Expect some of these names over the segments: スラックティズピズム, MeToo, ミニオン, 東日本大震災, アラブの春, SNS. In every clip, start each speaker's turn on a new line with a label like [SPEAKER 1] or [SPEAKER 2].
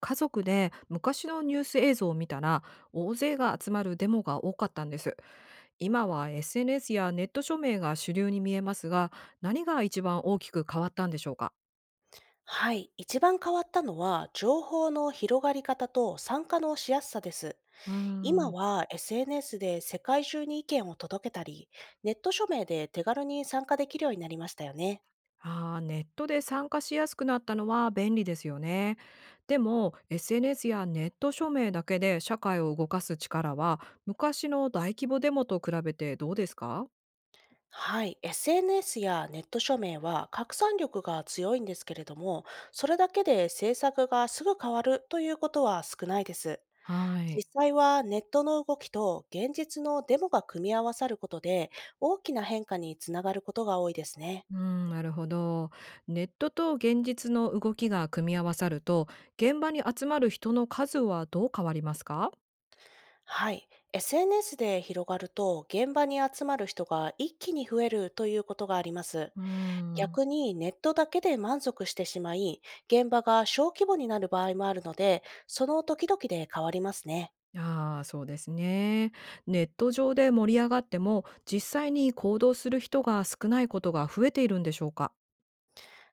[SPEAKER 1] 家族で昔のニュース映像を見たら、大勢が集まるデモが多かったんです。今は SNS やネット署名が主流に見えますが、何が一番大きく変わったんでしょうか？
[SPEAKER 2] はい。一番変わったのは、情報の広がり方と参加のしやすさです。
[SPEAKER 1] うー
[SPEAKER 2] 今
[SPEAKER 1] ん。
[SPEAKER 2] は SNS で世界中に意見を届けたり、ネット署名で手軽に参加できるようになりましたよね。
[SPEAKER 1] あー、ネットで参加しやすくなったのは便利ですよね。でも SNS やネット署名だけで社会を動かす力は、昔の大規模デモと比べてどうですか？
[SPEAKER 2] はい。SNS やネット署名は拡散力が強いんですけれども、それだけで政策がすぐ変わるということは少ないです。
[SPEAKER 1] は
[SPEAKER 2] 実
[SPEAKER 1] い。
[SPEAKER 2] 際はネットの動きと現実のデモが組み合わさることで、大きな変化につながることが多いですね。
[SPEAKER 1] うん、なるほど。ネットと現実の動きが組み合わさると、現場に集まる人の数はどう変わりますか？
[SPEAKER 2] はい。SNS で広がると、現場に集まる人が一気に増えるということがあります。
[SPEAKER 1] うん。
[SPEAKER 2] 逆にネットだけで満足してしまい、現場が小規模になる場合もあるので、その時々で変わりますね。
[SPEAKER 1] ああ、そうですね。ネット上で盛り上がっても、実際に行動する人が少ないことが増えているんでしょうか？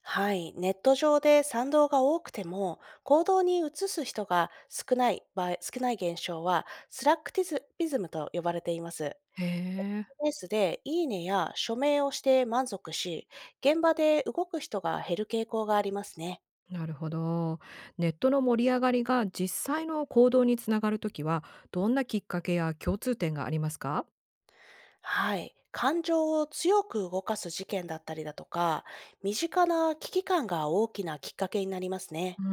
[SPEAKER 2] はい。ネット上で賛同が多くても、行動に移す人が少ない場合、少ない現象は、スラックティズピズムと呼ばれています。
[SPEAKER 1] へえ。
[SPEAKER 2] SNS でいいねや署名をして満足し、現場で動く人が減る傾向がありますね。
[SPEAKER 1] なるほど。ネットの盛り上がりが実際の行動につながるときは、どんなきっかけや共通点がありますか？
[SPEAKER 2] はい。感情を強く動かす事件だったりだとか、身近な危機感が大きなきっかけになります
[SPEAKER 1] う
[SPEAKER 2] ね。
[SPEAKER 1] ー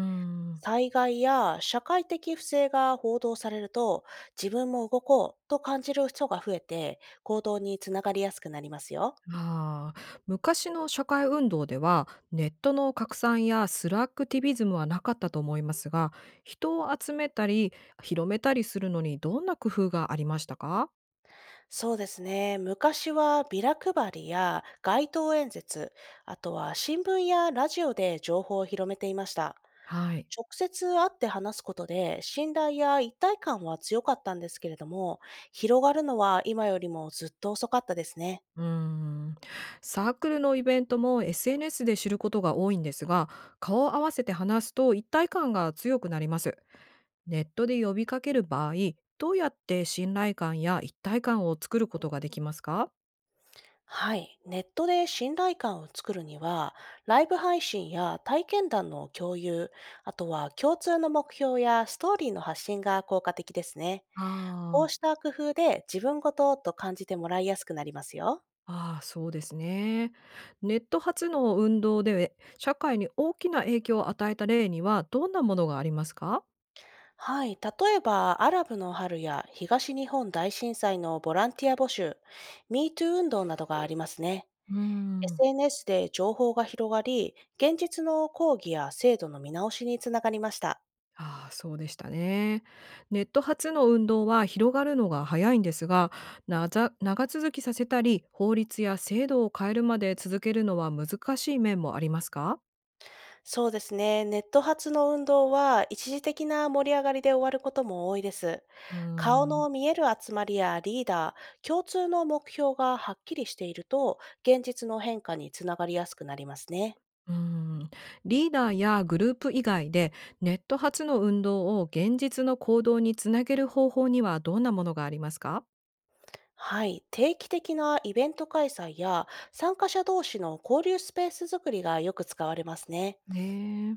[SPEAKER 1] ん。
[SPEAKER 2] 災害や社会的不正が報道されると、自分も動こうと感じる人が増えて、行動につながりやすくなりますよ。
[SPEAKER 1] ああ、昔の社会運動ではネットの拡散やスラックティビズムはなかったと思いますが、人を集めたり広めたりするのにどんな工夫がありましたか？
[SPEAKER 2] そうですね。昔はビラ配りや街頭演説、あとは新聞やラジオで情報を広めていました。
[SPEAKER 1] はい。
[SPEAKER 2] 直接会って話すことで信頼や一体感は強かったんですけれども、広がるのは今よりもずっと遅かったですね。
[SPEAKER 1] うーん。サークルのイベントも SNS で知ることが多いんですが、顔を合わせて話すと一体感が強くなります。ネットで呼びかける場合、どうやって信頼感や一体感を作ることができますか？
[SPEAKER 2] はい。ネットで信頼感を作るには、ライブ配信や体験談の共有、あとは共通の目標やストーリーの発信が効果的ですね。こう
[SPEAKER 1] あ。
[SPEAKER 2] した工夫で自分ごとと感じてもらいやすくなりますよ。
[SPEAKER 1] ああ、そうですね。ネット発の運動で社会に大きな影響を与えた例にはどんなものがありますか？
[SPEAKER 2] はい。例えば、アラブの春や東日本大震災のボランティア募集、MeToo 運動などがありますね。
[SPEAKER 1] うーん。
[SPEAKER 2] SNS で情報が広がり、現実の抗議や制度の見直しにつながりました。
[SPEAKER 1] ああ、そうでしたね。ネット発の運動は広がるのが早いんですが、なざ長続きさせたり、法律や制度を変えるまで続けるのは難しい面もありますか？
[SPEAKER 2] そうですね。ネット発の運動は一時的な盛り上がりで終わることも多いです。
[SPEAKER 1] うー
[SPEAKER 2] 顔
[SPEAKER 1] ん。
[SPEAKER 2] の見える集まりやリーダー、共通の目標がはっきりしていると、現実の変化につながりやすくなりますね。
[SPEAKER 1] うーん、リーダーやグループ以外で、ネット発の運動を現実の行動につなげる方法にはどんなものがありますか？
[SPEAKER 2] はい。定期的なイベント開催や参加者同士の交流スペース作りがよく使われますね。
[SPEAKER 1] ね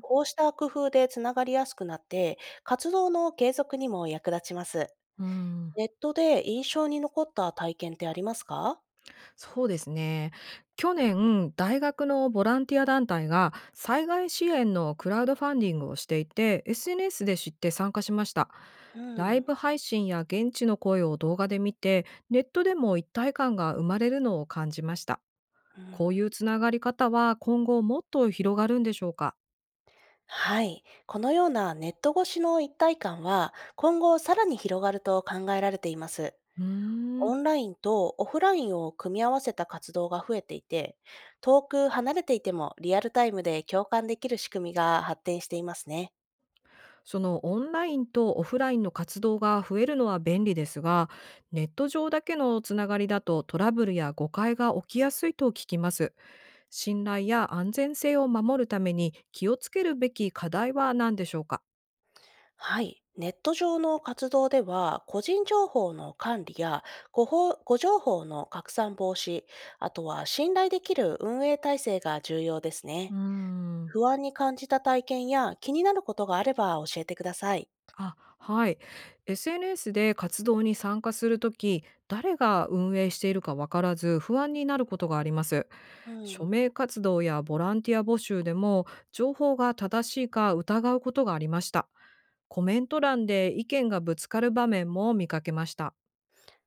[SPEAKER 2] こうした工夫でつながりやすくなって、活動の継続にも役立ちます。
[SPEAKER 1] うん、
[SPEAKER 2] ネットで印象に残った体験ってありますか？
[SPEAKER 1] そうですね。去年、大学のボランティア団体が災害支援のクラウドファンディングをしていて、SNS で知って参加しました。
[SPEAKER 2] う
[SPEAKER 1] ライ
[SPEAKER 2] ん。
[SPEAKER 1] ブ配信や現地の声を動画で見て、ネットでも一体感が生まれるのを感じました。
[SPEAKER 2] うん、
[SPEAKER 1] こういうつながり方は今後もっと広がるんでしょうか？
[SPEAKER 2] はい。このようなネット越しの一体感は、今後さらに広がると考えられています。
[SPEAKER 1] うー
[SPEAKER 2] オ
[SPEAKER 1] ん。
[SPEAKER 2] ンラインとオフラインを組み合わせた活動が増えていて、遠く離れていてもリアルタイムで共感できる仕組みが発展していますね。
[SPEAKER 1] そのオンラインとオフラインの活動が増えるのは便利ですが、ネット上だけのつながりだとトラブルや誤解が起きやすいと聞きます。信頼や安全性を守るために気をつけるべき課題は何でしょうか？
[SPEAKER 2] はい。ネット上の活動では、個人情報の管理や誤報、誤情報の拡散防止、あとは信頼できる運営体制が重要です
[SPEAKER 1] う
[SPEAKER 2] ね。
[SPEAKER 1] ーん。
[SPEAKER 2] 不安に感じた体験や気になることがあれば教えてください。
[SPEAKER 1] あ、はい。SNS で活動に参加するとき、誰が運営しているかわからず不安になることがあります。
[SPEAKER 2] う
[SPEAKER 1] 署
[SPEAKER 2] ん。
[SPEAKER 1] 名活動やボランティア募集でも、情報が正しいか疑うことがありました。コメント欄で意見がぶつかる場面も見かけました。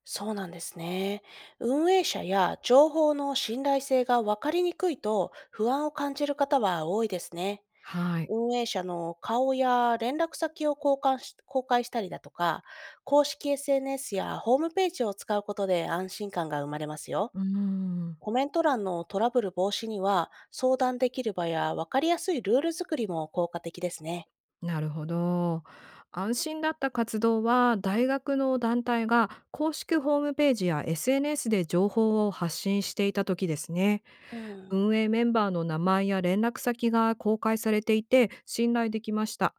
[SPEAKER 2] そうなんですね。運営者や情報の信頼性が分かりにくいと不安を感じる方は多いですね。
[SPEAKER 1] はい。
[SPEAKER 2] 運営者の顔や連絡先を交換し公開したりだとか、公式 SNS やホームページを使うことで安心感が生まれますよ。
[SPEAKER 1] うーん。
[SPEAKER 2] コメント欄のトラブル防止には、相談できる場や分かりやすいルール作りも効果的ですね。
[SPEAKER 1] なるほど。安心だった活動は、大学の団体が公式ホームページや SNS で情報を発信していた時ですね。
[SPEAKER 2] うん。
[SPEAKER 1] 運営メンバーの名前や連絡先が公開されていて信頼できました。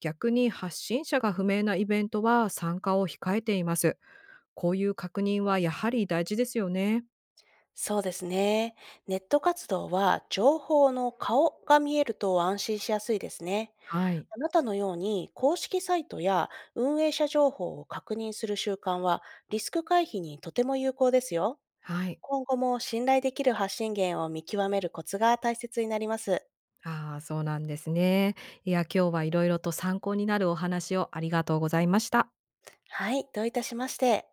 [SPEAKER 1] 逆に発信者が不明なイベントは参加を控えています。こういう確認はやはり大事ですよね。
[SPEAKER 2] そうですね。ネット活動は情報の顔が見えると安心しやすいですね。
[SPEAKER 1] はい。
[SPEAKER 2] あなたのように公式サイトや運営者情報を確認する習慣は、リスク回避にとても有効ですよ。
[SPEAKER 1] はい。
[SPEAKER 2] 今後も信頼できる発信源を見極めるコツが大切になります。
[SPEAKER 1] ああ、そうなんですね。いや、今日はいろいろと参考になるお話をありがとうございました。
[SPEAKER 2] はい、どういたしまして。